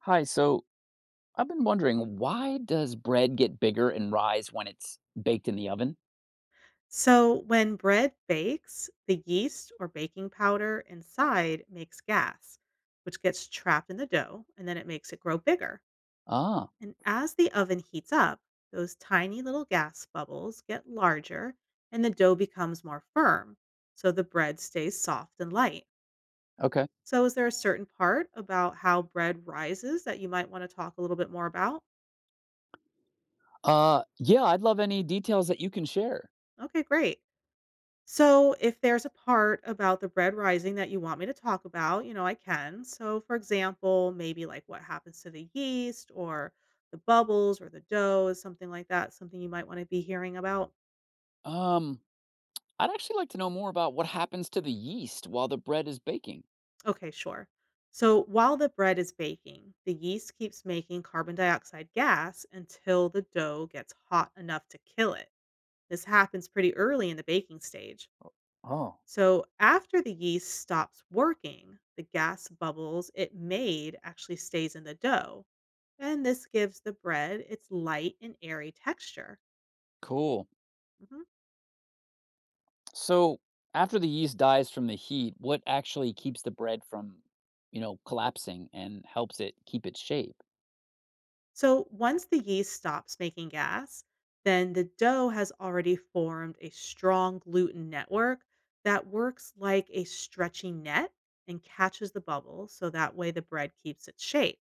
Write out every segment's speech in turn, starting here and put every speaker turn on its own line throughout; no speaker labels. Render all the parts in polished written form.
Hi, so I've been wondering, why does bread get bigger and rise when it's baked in the oven?
So, when bread bakes, the yeast or baking powder inside makes gas, which gets trapped in the dough and then it makes it grow bigger.
Ah,
And as the oven heats up, those tiny little gas bubbles get larger and the dough becomes more firm. So, the bread stays soft and light.
okay.
So, is there a certain part about how bread rises that you might want to talk a little bit more about?
Yeah, I'd love any details that you can share.
Okay, great. So, if there's a part about the bread rising that you want me to talk about, you know, I can. So, for example, maybe like what happens to the yeast or the bubbles or the dough is something like that, something you might want to be hearing about.
Um I'd actually like to know more about what happens to the yeast while the bread is baking.
Okay, sure. So, while the bread is baking, the yeast keeps making carbon dioxide gas until the dough gets hot enough to kill it. This happens pretty early in the baking stage.
Oh,
So after the yeast stops working, the gas bubbles it made actually stays in the dough. And this gives the bread its light and airy texture.
cool.
Mhm.
So, after the yeast dies from the heat, what actually keeps the bread from, collapsing and helps it keep its shape?
So once the yeast stops making gas, then the dough has already formed a strong gluten network that works like a stretchy net and catches the bubbles so that way the bread keeps its shape.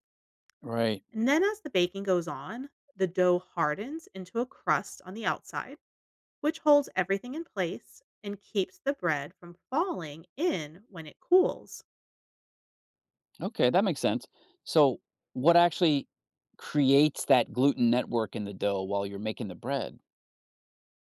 Right.
And then as the baking goes on, the dough hardens into a crust on the outside which holds everything in place and keeps the bread from falling in when it cools.
Okay, that makes sense. So, what actually creates that gluten network in the dough while you're making the bread?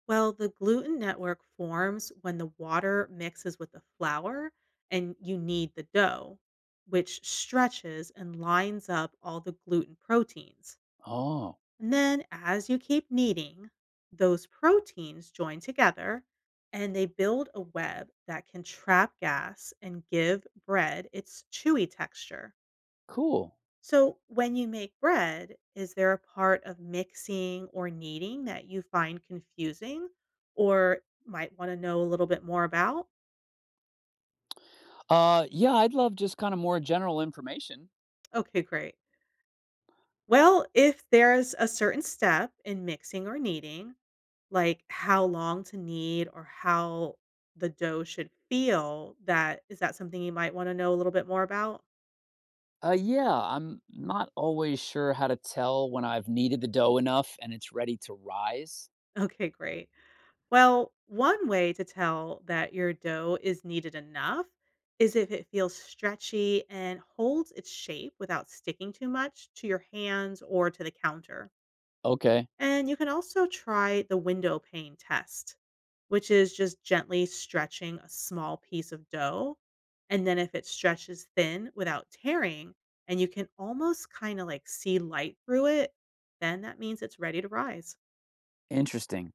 Well, the gluten network forms when the water mixes with the flour and you knead the dough, which stretches and lines up all the gluten proteins.
Oh,
And then as you keep kneading, those proteins join together and they build a web that can trap gas and give bread its chewy texture.
cool.
So, when you make bread, is there a part of mixing or kneading that you find confusing or might want to know a little bit more about?
Yeah, I'd love just kind of more general information.
Okay, great. Well, if there's a certain step in mixing or kneading, like how long to knead or how the dough should feel, that is that something you might want to know a little bit more about?
Yeah, I'm not always sure how to tell when I've kneaded the dough enough and it's ready to rise.
Okay, great. Well, one way to tell that your dough is kneaded enough is if it feels stretchy and holds its shape without sticking too much to your hands or to the counter.
Okay,
And you can also try the window pane test, which is just gently stretching a small piece of dough. And then if it stretches thin without tearing, and you can almost kind of like see light through it, then that means it's ready to rise.
interesting.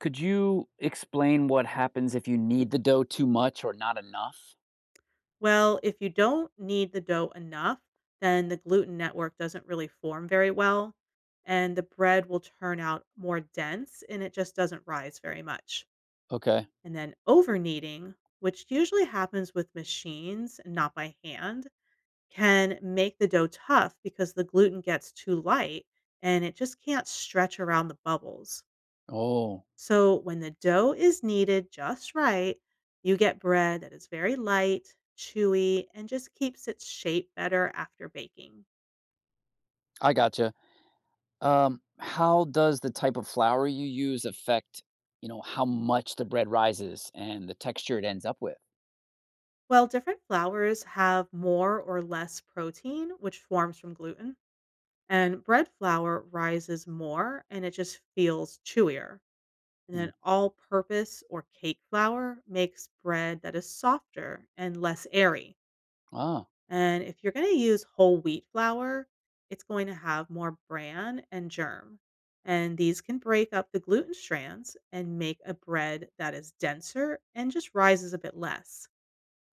Could you explain what happens if you knead the dough too much or not enough?
Well, if you don't knead the dough enough, then the gluten network doesn't really form very well, and the bread will turn out more dense and it just doesn't rise very much.
Okay.
And then over kneading, which usually happens with machines and not by hand, can make the dough tough because the gluten gets too light and it just can't stretch around the bubbles.
Oh,
So when the dough is kneaded just right, you get bread that is very light, chewy, and just keeps its shape better after baking.
I gotcha. How does the type of flour you use affect, how much the bread rises and the texture it ends up with?
Well, different flours have more or less protein, which forms from gluten, and bread flour rises more and it just feels chewier. And
Mm.
then all purpose or cake flour makes bread that is softer and less airy.
Ah,
And if you're going to use whole wheat flour, it's going to have more bran and germ. And these can break up the gluten strands and make a bread that is denser and just rises a bit less.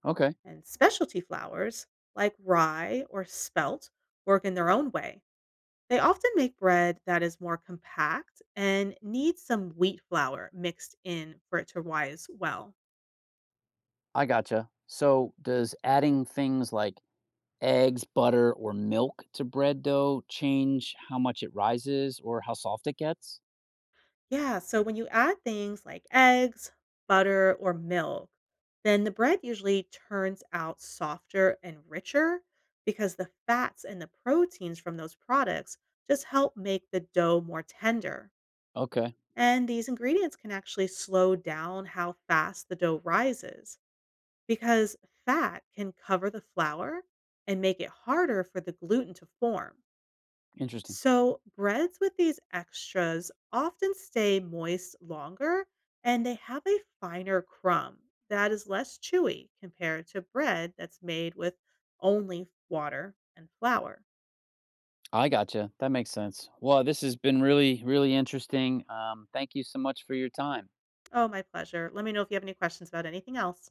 okay.
And specialty flours like rye or spelt work in their own way. They often make bread that is more compact and needs some wheat flour mixed in for it to rise well.
I gotcha. So, does adding things like eggs, butter, or milk to bread dough change how much it rises or how soft it gets?
Yeah, so when you add things like eggs, butter, or milk, then the bread usually turns out softer and richer because the fats and the proteins from those products just help make the dough more tender.
Okay,
And these ingredients can actually slow down how fast the dough rises because fat can cover the flour and make it harder for the gluten to form.
interesting.
So, breads with these extras often stay moist longer and they have a finer crumb that is less chewy compared to bread that's made with only water and flour.
I gotcha. That makes sense. Well, this has been really, really interesting. Thank you so much for your time.
Oh, my pleasure. Let me know if you have any questions about anything else.